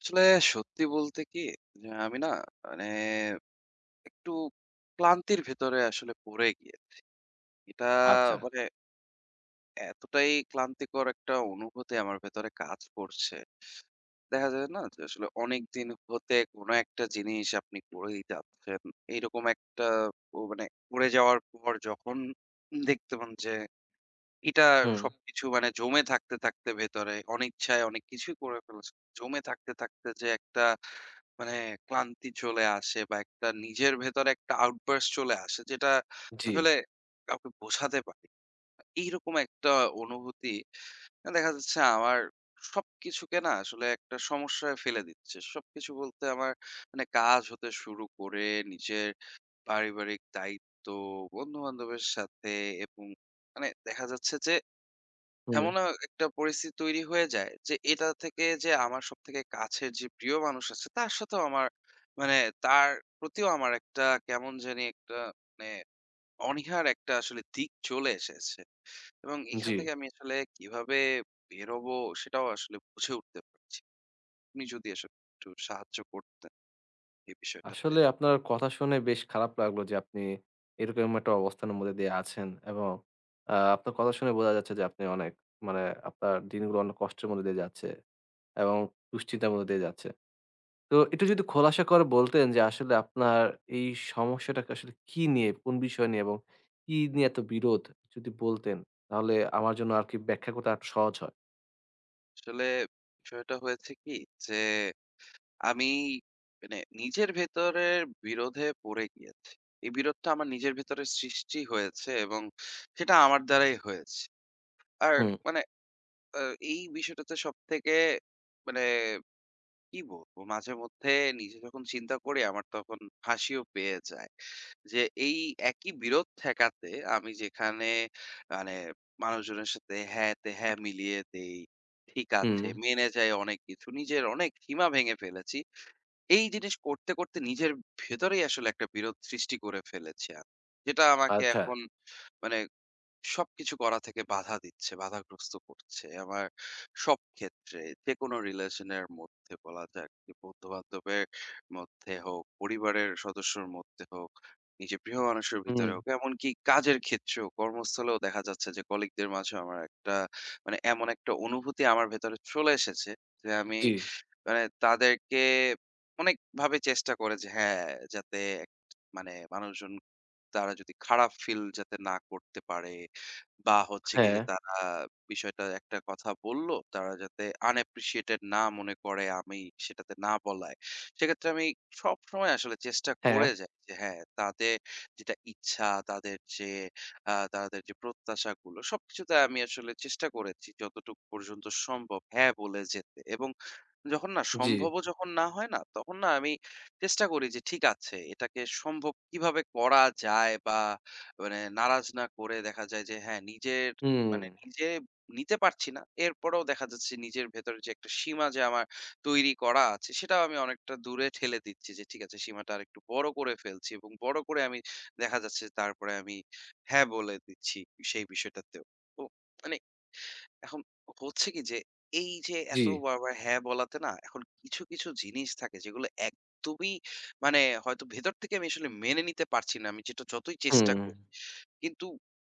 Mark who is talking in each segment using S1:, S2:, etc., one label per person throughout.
S1: আসলে সত্যি বলতে কি যে আমি না মানে একটু ক্লান্তির ভেতরে আসলে পড়ে গিয়ে এটা
S2: আচ্ছা।
S1: মানে এতটাই ক্লান্তিকর একটা অনুভূতি আমার ভেতরে কাজ করছে। দেখা যায় না যে আসলে অনেক দিন হতে কোনো একটা জিনিস আপনি করে দিতে যাচ্ছেন, এইরকম একটা মানে করে যাওয়ার পর যখন দেখতে পান যে এটা
S2: হুম,
S1: সবকিছু মানে জমে থাকতে, থাকতে ভেতরে অনিচ্ছায় অনেক কিছুই করে ফেলেছে। জমে থাকতে, থাকতে যে একটা মানে ক্লান্তি চলে আসে, বা একটা নিজের ভেতরে একটা আউটবার্স্ট চলে আসে যেটা
S2: জি,
S1: আসলে কাউকে বোঝাতে পারি না। এইরকম একটা অনুভূতি দেখা যাচ্ছে আমার সবকিছুকে না আসলে একটা সমস্যায় ফেলে দিচ্ছে। সবকিছু বলতে আমার মানে কাজ হতে শুরু করে নিজের, পারিবারিক দায়িত্ব, বন্ধু-বান্ধবের সাথে, এবং মানে দেখা যাচ্ছে যে
S2: হুম।
S1: এমন একটা পরিস্থিতি তৈরি হয়ে যায় যে, এটা থেকে যে আমার সবথেকে কাছের যে প্রিয় মানুষ আছে, তার সাথেও আমার মানে তার প্রতিও আমার একটা কেমন জানি একটা মানে অনীহার একটা আসলে দিক চলে এসেছে। এবং এখান
S2: জি।
S1: থেকে আমি আসলে কিভাবে বেরোবো সেটাও আসলে বুঝে উঠতে পারছি। আপনি যদি আসলে একটু সাহায্য করতেন এই বিষয়টাতে।
S2: আসলে আপনার কথা শুনে বেশ খারাপ লাগলো যে আপনি এরকম একটা অবস্থানের মধ্যে দিয়ে আছেন। এবং আপনার কথা শুনে বোঝা যাচ্ছে যে আপনি অনেক, মানে আপনার দিনগুলো অনেক কষ্টের মধ্যে দিয়ে যাচ্ছে এবং দুশ্চিন্তার মধ্যে দিয়ে যাচ্ছে। তো একটু যদি খোলাসা করে বলতেন যে আসলে আপনার এই সমস্যাটাকে আসলে কি নিয়ে, কোন বিষয় নিয়ে এবং কি নিয়ে এত বিরোধ, যদি বলতেন তাহলে আমার জন্য আরকি ব্যাখ্যা করতে আরো সহজ হয়।
S1: আসলে বিষয়টা হয়েছে কি যে আমি মানে নিজের ভেতরের বিরোধে পড়ে গিয়েছি। এই বিরোধটা আমার নিজের ভেতরে সৃষ্টি হয়েছে এবং সেটা আমার দ্বারাই হয়েছে। আর
S2: হুম,
S1: মানে আ এই বিষয়টাতে সবথেকে মানে কি বলবো? মাঝেমধ্যে নিজে যখন চিন্তা করি আমার তখন হাসিও পেয়ে যায়। যে এই একই বিরোধ ঠেকাতে আমি যেখানে মানে মানুষজনের সাথে হ্যাঁতে হ্যাঁ মিলিয়ে দেই। ঠিক
S2: হুম।
S1: আছে, মেনে যাই অনেক কিছু। নিজের অনেক সীমা ভেঙে ফেলেছি। এই জিনিস করতে, করতে নিজের ভেতরেই আসলে একটা বিরোধ সৃষ্টি করে ফেলেছি আমি। যেটা আমাকে
S2: আচ্ছা।
S1: এখন মানে সবকিছু করা থেকে বাধা দিচ্ছে, বাধাগ্রস্ত করছে। আমার সব ক্ষেত্রে, যেকোনো রিলেশন এর মধ্যে, বলা যাক যে বন্ধু-বান্ধবের মধ্যে হোক, পরিবারের সদস্যর মধ্যে হোক, নিজের প্রিয় মানুষের
S2: হুম,
S1: ভিতরে হোক, এমনকি কাজের ক্ষেত্রেও, কর্মস্থলেও দেখা যাচ্ছে যে কলিগদের মাঝেও আমার একটা মানে এমন একটা অনুভূতি আমার ভেতরে চলে এসেছে যে আমি
S2: জি।
S1: মানে তাদেরকে অনেকভাবে চেষ্টা করে যে হ্যাঁ, যাতে এক মানে মানুষজন, তারা যদি খারাপ ফিল যাতে না করতে পারে, বা হচ্ছে গিয়ে
S2: হ্যাঁ,
S1: যে তারা বিষয়টা একটা কথা বলল, তারা যাতে unappreciated না মনে করে আমি সেটাতে না বলায়। সেক্ষেত্রে আমি সবসময় আসলে চেষ্টা
S2: হ্যাঁ।
S1: করে যাই যে হ্যাঁ, তাদের যেটা ইচ্ছা, তাদের যে তাদের যে প্রত্যাশাগুলো, সবকিছুতে আমি আসলে চেষ্টা করেছি যতটুকু পর্যন্ত সম্ভব হ্যাঁ বলে যেতে, এবং যখন না
S2: জি।
S1: সম্ভবও যখন না হয় না, তখন না আমি চেষ্টা করি যে ঠিক আছে এটাকে সম্ভব কিভাবে করা যায়, বা মানে নারাজ না করে দেখা যায় যে হ্যাঁ, নিজের
S2: হুম,
S1: মানে নিজে নিতে পারছি না। এরপরেও দেখা যাচ্ছে নিজের ভেতরে যে একটা সীমা যে আমার তৈরি করা আছে সেটাও আমি অনেকটা দূরে ঠেলে দিচ্ছি যে ঠিক আছে সীমাটা আরেকটু বড় করে ফেলছি, এবং বড় করে আমি দেখা যাচ্ছে তারপরে আমি হ্যাঁ বলে দিচ্ছি সেই বিষয়টাতেও। তো মানে এখন হচ্ছে কি যে এই যে
S2: জি।
S1: এত বারবার হ্যাঁ বলাতে না, এখন কিছু, কিছু জিনিস থাকে যেগুলো একদমই মানে হয়তো ভেতর থেকে আমি আসলে মেনে নিতে পারছি না। আমি যেটা যতই চেষ্টা
S2: হুম,
S1: করি। কিন্তু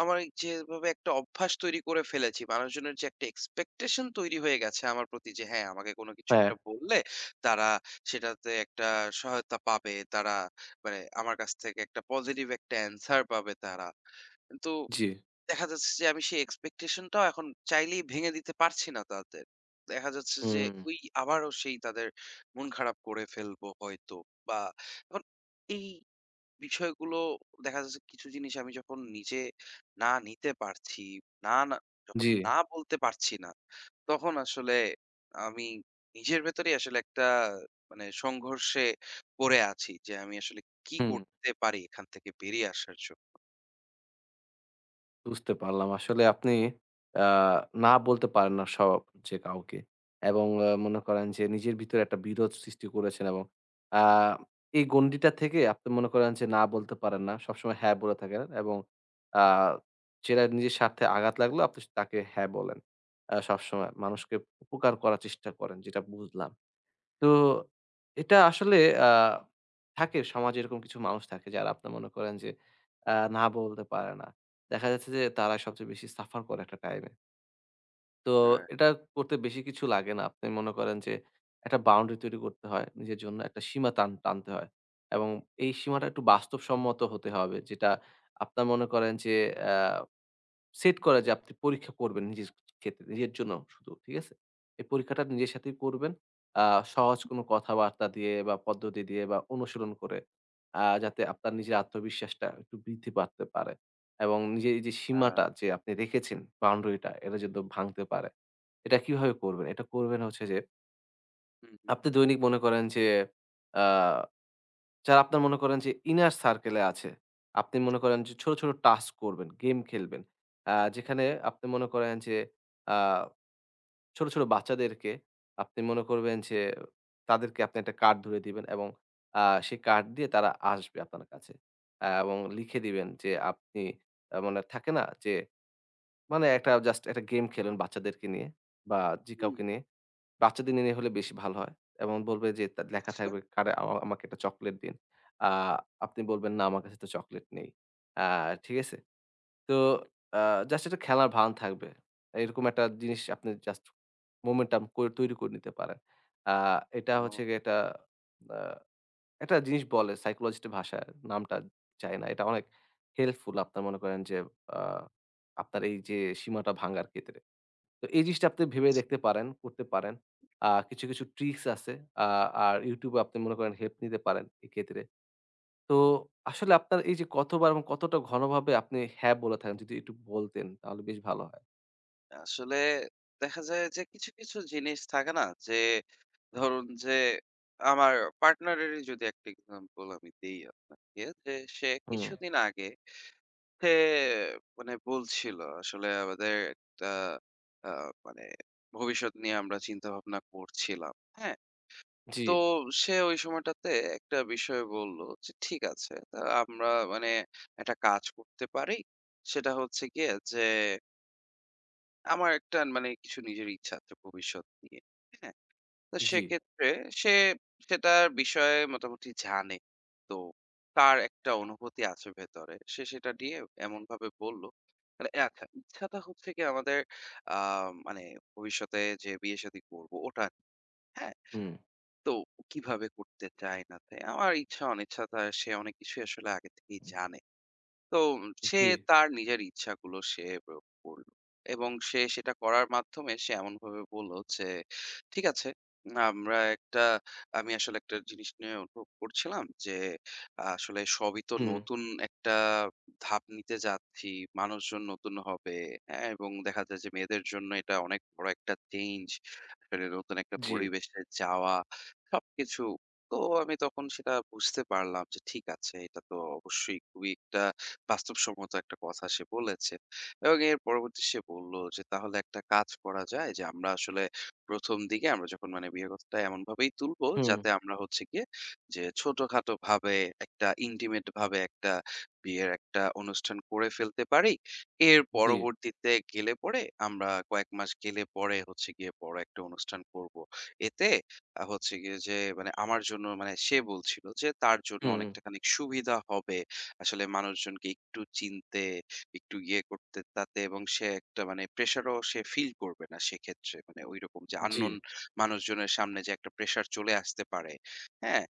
S1: আমার এই যেভাবে একটা অভ্যাস তৈরি করে ফেলেছি, মানুষজনের যে একটা এক্সপেকটেশন তৈরি হয়ে গেছে আমার প্রতি যে হ্যাঁ, আমাকে কোনো কিছু
S2: হ্যাঁ।
S1: একটা বললে তারা সেটাতে একটা সহায়তা পাবে। তারা মানে আমার কাছ থেকে একটা পজিটিভ একটা অ্যানসার পাবে তারা। কিন্তু
S2: জি।
S1: দেখা যাচ্ছে যে আমি সেই expectation টাও এখন চাইলেই ভেঙে দিতে পারছি না তাদের। দেখা যাচ্ছে যে
S2: হুম,
S1: ওই আবারও সেই তাদের মন খারাপ করে ফেলবো হয়তো, বা এখন এই বিষয়গুলো দেখা যাচ্ছে কিছু জিনিস আমি যখন নিজে না নিতে পারছি, না, না যখন
S2: জি।
S1: না বলতে পারছি না, তখন আসলে আমি নিজের ভেতরেই আসলে একটা মানে সংঘর্ষে পড়ে আছি যে আমি আসলে কি
S2: হুম।
S1: করতে পারি এখান থেকে বেরিয়ে আসার জন্য?
S2: বুঝতে পারলাম। আসলে আপনি আ না বলতে পারেন না সব, যে কাউকে। এবং মনে করেন যে নিজের ভিতরে একটা বিরোধ সৃষ্টি করেছেন। এবং আ এই গণ্ডিটা থেকে আপনি মনে করেন যে না বলতে পারেন না। সবসময় হ্যাঁ বলে থাকেন। এবং আ যেটা নিজের স্বার্থে আঘাত লাগলো আপনি তাকে হ্যাঁ বলেন। সবসময় মানুষকে উপকার করার চেষ্টা করেন, যেটা বুঝলাম। তো এটা আসলে আ থাকে, সমাজে এরকম কিছু মানুষ থাকে যারা, আপনারা মনে করেন যে না বলতে পারে না। দেখা যাচ্ছে যে তারা সবচেয়ে বেশি সাফার করে একটা টাইমে। তো
S1: হ্যাঁ,
S2: এটা করতে বেশি কিছু লাগে না। আপনি মনে করেন যে একটা বাউন্ডারি তৈরি করতে হয় নিজের জন্য, একটা সীমা টান টানতে হয়। এবং এই সীমাটা একটু বাস্তবসম্মত হতে হবে, যেটা আপনারা মনে করেন যে সেট করা, যে আপনি পরীক্ষা করবেন নিজের ক্ষেত্রে, নিজের জন্য শুধু। ঠিক আছে? এই পরীক্ষাটা নিজের সাথেই করবেন। আ সহজ কোনো কথাবার্তা দিয়ে বা পদ্ধতি দিয়ে বা অনুশীলন করে, যাতে আপনার নিজের আত্মবিশ্বাসটা একটু বৃদ্ধি পাতে পারে এবং নিজের এই যে
S1: হ্যাঁ,
S2: সীমাটা যে আপনি রেখেছেন, বাউন্ডারিটা এটা যেন ভাঙতে পারে। এটা কিভাবে করবেন? এটা করবেন হচ্ছে যে
S1: হুম, হুম।
S2: আপনি দৈনিক মনে করেন যে আ যারা আপনার মনে করেন যে ইনার সার্কেল এ আছে। আপনি মনে করেন যে ছোট, ছোট টাস্ক করবেন, গেম খেলবেন। যেখানে আপনি মনে করেন যে আ ছোট, ছোট বাচ্চাদেরকে আপনি মনে করবেন যে তাদেরকে আপনি একটা কার্ড ধরে দিবেন। এবং আ সেই কার্ড দিয়ে তারা আসবে আপনার কাছে। এবং লিখে দিবেন যে আপনি মানে থাকে না যে, মানে একটা জাস্ট একটা গেম খেলুন বাচ্চাদেরকে নিয়ে বা যে
S1: হুম,
S2: কাউকে নিয়ে। বাচ্চাদের নিয়ে হলে বেশি ভালো হয়। এবং বলবে যে তা লেখা
S1: আচ্ছা।
S2: থাকবে, "কারে আমা আমাকে একটা চকোলেট দিন।" আ আপনি বলবেন, "না, আমার কাছে তো চকোলেট নেই।" আ ঠিক আছে? তো
S1: হুম,
S2: আ জাস্ট একটা খেলার ভান থাকবে। এরকম একটা জিনিস আপনি জাস্ট মোমেন্টাম করে তৈরি করে নিতে পারেন। আ এটা
S1: ও
S2: হচ্ছে গিয়ে একটা আ একটা জিনিস বলে সাইকোলজিস্ট এর ভাষায়, নামটা চাই না। এটা অনেক হেল্পফুল, আপনার মনে করেন যে আ আপনার এই যে সীমাটা ভাঙ্গার ক্ষেত্রে। তো এই জিনিসটা আপনি ভেবে
S1: আচ্ছা।
S2: দেখতে পারেন, করতে পারেন। কিছু, কিছু ট্রিকস আছে। আ আর YouTube এ আপনি মনে করেন হেল্প নিতে পারেন এক্ষেত্রে। তো আসলে আপনার এই যে কতবার এবং কতটা ঘনভাবে আপনি হ্যাঁ বলে থাকেন, যদি একটু বলতেন তাহলে বেশ ভালো হয়।
S1: আসলে দেখা যায় যে কিছু, কিছু জিনিস থাকে না? যে ধরুন যে আমার পার্টনারেরই যদি একটা এক্সাম্পল আমি দেই আপনাকে, যে সে
S2: হুম,
S1: কিছুদিন আগে, সে মানে বলছিল আসলে আমাদের একটা আ মানে ভবিষ্যৎ নিয়ে আমরা চিন্তাভাবনা করছিলাম। হ্যাঁ?
S2: জি,
S1: তো সে ওই সময়টাতে একটা বিষয় বলল যে ঠিক আছে তা আমরা মানে একটা কাজ করতে পারি। সেটা হচ্ছে গিয়ে যে আমার একটা মানে কিছু নিজের ইচ্ছা আছে ভবিষ্যৎ নিয়ে। হ্যাঁ? তো
S2: জি,
S1: সেক্ষেত্রে সে সেটার বিষয়ে মোটামুটি জানে। তো তার একটা অনুভূতি আছে ভেতরে। সে সেটা নিয়ে এমনভাবে বলল। মানে আচ্ছা, ইচ্ছাটা হচ্ছে গিয়ে আমাদের আ মানে ভবিষ্যতে যে বিয়ে শাদী করব ওটা। হ্যাঁ?
S2: হুম,
S1: তো কিভাবে করতে চায় না তাই? আমার ইচ্ছা অনিচ্ছা তা সে অনেক কিছুই আসলে আগে থেকেই জানে। তো সে
S2: জি,
S1: তার নিজের ইচ্ছাগুলো সে প্রয়োগ করলো, এবং সে সেটা করার মাধ্যমে সে এমন ভাবে বললো যে ঠিক আছে আমরা একটা, আমি আসলে একটা জিনিস নিয়ে অনুভব করছিলাম যে আসলে সবই তো
S2: হুম,
S1: নতুন একটা ধাপ নিতে যাচ্ছি, মানুষজন নতুন হবে, হ্যাঁ, এবং দেখা যায় যে মেয়েদের জন্য এটা অনেক বড় একটা চেঞ্জ, নতুন একটা
S2: জি,
S1: পরিবেশে যাওয়া, সবকিছু। তো আমি তখন সেটা বুঝতে পারলাম যে ঠিক আছে এটা তো অবশ্যই খুবই একটা বাস্তবসম্মত একটা কথা সে বলেছে। এবং এর পরবর্তী সে বলল যে, "তাহলে একটা কাজ করা যায় যে, আমরা আসলে ১ম দিকে আমরা যখন মানে বিয়ের কথাটা এমনভাবেই তুলবো
S2: হুম,
S1: যাতে আমরা হচ্ছে গিয়ে যে, ছোটখাটো ভাবে, একটা ইন্টিমেট ভাবে একটা বিয়ের একটা অনুষ্ঠান করে ফেলতে পারি। এর
S2: জি,
S1: পরবর্তীতে গেলে পরে, আমরা কয়েক মাস গেলে পরে হচ্ছে গিয়ে বড় একটা অনুষ্ঠান করব। এতে হচ্ছে গিয়ে যে, মানে আমার জন্য" মানে সে বলছিল যে, "তার জন্য
S2: হুম,
S1: অনেকটা খানিক সুবিধা হবে।" আসলে মানুষজনকে একটু চিনতে, একটু ইয়ে করতে তাতে, এবং সে একটা মানে প্রেশারও সে ফিল করবে না সেক্ষেত্রে। মানে ঐরকম যে
S2: জি,
S1: unknown মানুষজনের সামনে যে একটা প্রেশার চলে আসতে পারে। হ্যাঁ?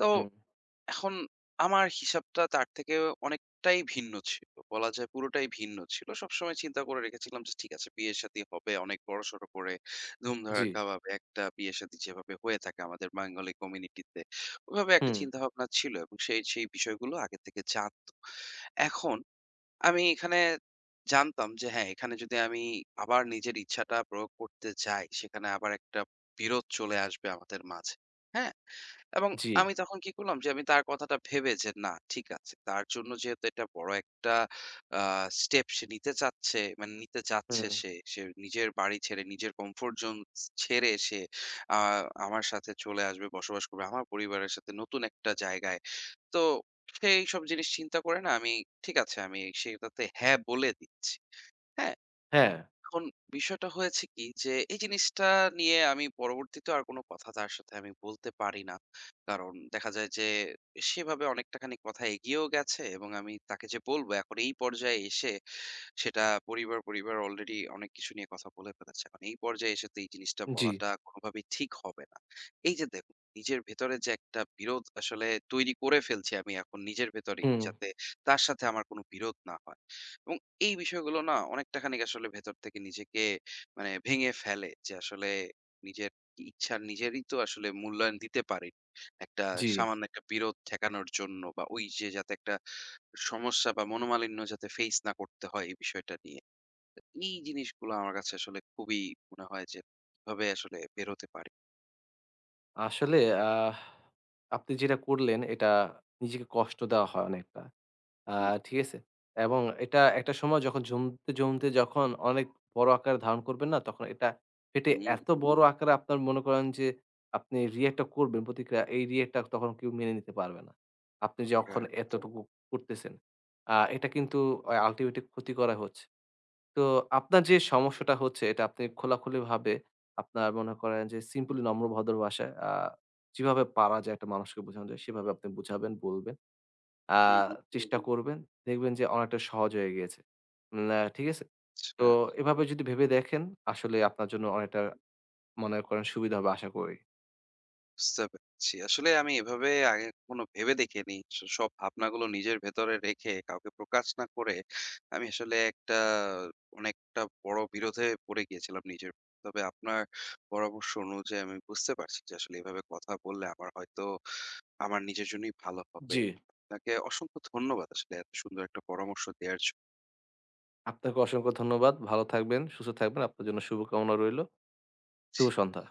S1: তো
S2: হুম,
S1: এখন আমার হিসাবটা তার থেকে অনেকটাই ভিন্ন ছিল। বলা যায় পুরোটাই ভিন্ন ছিল। সবসময় চিন্তা করে রেখেছিলাম যে ঠিক আছে বিয়ে-শাদী হবে অনেক বড়সড় করে,
S2: জি,
S1: ধুমধাড়াক্কা ভাবে একটা বিয়ে-শাদী যেভাবে হয়ে থাকে আমাদের বাঙালি কমিউনিটিতে, ওভাবে একটা
S2: হুম,
S1: চিন্তাভাবনা ছিল, এবং সেই বিষয়গুলো আগে থেকে জানত। এখন আমি এখানে জানতাম যে হ্যাঁ, এখানে যদি আমি আবার নিজের ইচ্ছাটা প্রয়োগ করতে যাই, সেখানে আবার একটা বিরোধ চলে আসবে আমাদের মাঝে। হ্যাঁ? এবং
S2: জি,
S1: আমি তখন কি করলাম যে আমি তার কথাটা ভেবে যে না, ঠিক আছে। তার জন্য যেহেতু এটা বড় একটা আ স্টেপ সে নিতে চাচ্ছে, মানে নিতে যাচ্ছে
S2: হুম,
S1: সে। সে নিজের বাড়ি ছেড়ে, নিজের কমফোর্ট জোন ছেড়ে সে আ আমার সাথে চলে আসবে, বসবাস করবে। আমার পরিবারের সাথে নতুন একটা জায়গায়, তো সেইসব জিনিস চিন্তা করে না আমি, ঠিক আছে আমি সেটাতে হ্যাঁ বলে দিচ্ছি। হ্যাঁ?
S2: হ্যাঁ,
S1: এখন বিষয়টা হয়েছে কি যে এই জিনিসটা নিয়ে আমি পরবর্তীতে আর কোনো কথা তার সাথে আমি বলতে পারি না। কারণ দেখা যায় যে সেভাবে অনেকটা খানি কথা এগিয়েও গেছে, এবং আমি তাকে যে বলব এখন এই পর্যায়ে এসে, সেটা, পরিবার অলরেডি অনেক কিছু নিয়ে কথা বলে ফেলেছে। মানে এই পর্যায়ে এসে তো এই জিনিসটা
S2: জি,
S1: বলাটা কোনভাবেই ঠিক হবে না। এই যে দেখুন, নিজের ভেতরে যে একটা বিরোধ আসলে তৈরি করে ফেলছি আমি এখন, নিজের ভেতরেই,
S2: হুম,
S1: যাতে তার সাথে আমার কোনো বিরোধ না হয়। এবং এই বিষয়গুলো না অনেকটা খানিক আসলে ভেতর থেকে নিজেকে মানে ভেঙে ফেলে, যে আসলে নিজের ইচ্ছা নিজেরই তো আসলে মূল্যায়ন দিতে পারি। একটা
S2: জি।
S1: সামান্য একটা বিরোধ ঠেকানোর জন্য, বা ওই যে যাতে একটা সমস্যা বা মনোমালিন্য যাতে ফেস না করতে হয় এই বিষয়টা নিয়ে। তো এই জিনিসগুলো আমার কাছে আসলে খুবই মনে হয় যে কিভাবে আসলে বেরোতে পারি।
S2: আসলে আহ, আপনি যেটা করলেন এটা নিজেকে কষ্ট দেওয়া হয় অনেকটা। আ ঠিক আছে? এবং এটা একটা সময় যখন জমতে, জমতে যখন অনেক বড় আকার ধারণ করবেন না? তখন এটা ফেটে
S1: হুম, হুম,
S2: এত বড় আকারে, আপনার মনে করেন যে আপনি রিঅ্যাক্টটা করবেন, প্রতিক্রিয়া, এই রিঅ্যাক্টটা তখন কেউ মেনে নিতে পারবে না। আপনি যখন
S1: রাইট,
S2: এতটুকু করতেছেন। এটা কিন্তু আল্টিমেটলি ক্ষতি করা হচ্ছে। তো আপনার যে
S1: হ্যাঁ।
S2: সমস্যাটা হচ্ছে, এটা আপনি খোলাখুলিভাবে, আপনার মনে করেন যে সিম্পলি, নম্র ভদ্র ভাষায়, যেভাবে পারা যায় একটা মানুষকে বোঝানো যায় সেভাবে আপনি বুঝাবেন, বলবেন। আ
S1: হুম, হুম।
S2: জি, চেষ্টা জি। করবেন। দেখবেন যে অনেকটা সহজ হয়ে গিয়েছে। উম আ ঠিক আছে?
S1: আচ্ছা,
S2: তো এভাবে যদি ভেবে দেখেন আসলে আপনার জন্য অনেকটা, মনে করেন সুবিধা হবে আশা করি।
S1: বুঝতে পেরেছি। আসলে আমি এভাবে আগে কখনো ভেবে দেখিনি। সব ভাবনাগুলো নিজের ভেতরে রেখে, কাউকে প্রকাশ না করে আমি আসলে একটা অনেকটা বড় বিরোধে পড়ে গিয়েছিলাম নিজের। তবে আপনার পরামর্শ অনুযায়ী আমি বুঝতে পারছি যে আসলে এভাবে কথা বললে আমার হয়তো আমার নিজের জন্যই ভালো হবে।
S2: জি।
S1: আপনাকে অসংখ্য ধন্যবাদ আসলে এত সুন্দর একটা পরামর্শ দেয়ার জন্য।
S2: আপনাকে অসংখ্য ধন্যবাদ। ভালো থাকবেন, সুস্থ থাকবেন। আপনার জন্য শুভকামনা রইলো। শুভ সন্ধ্যা।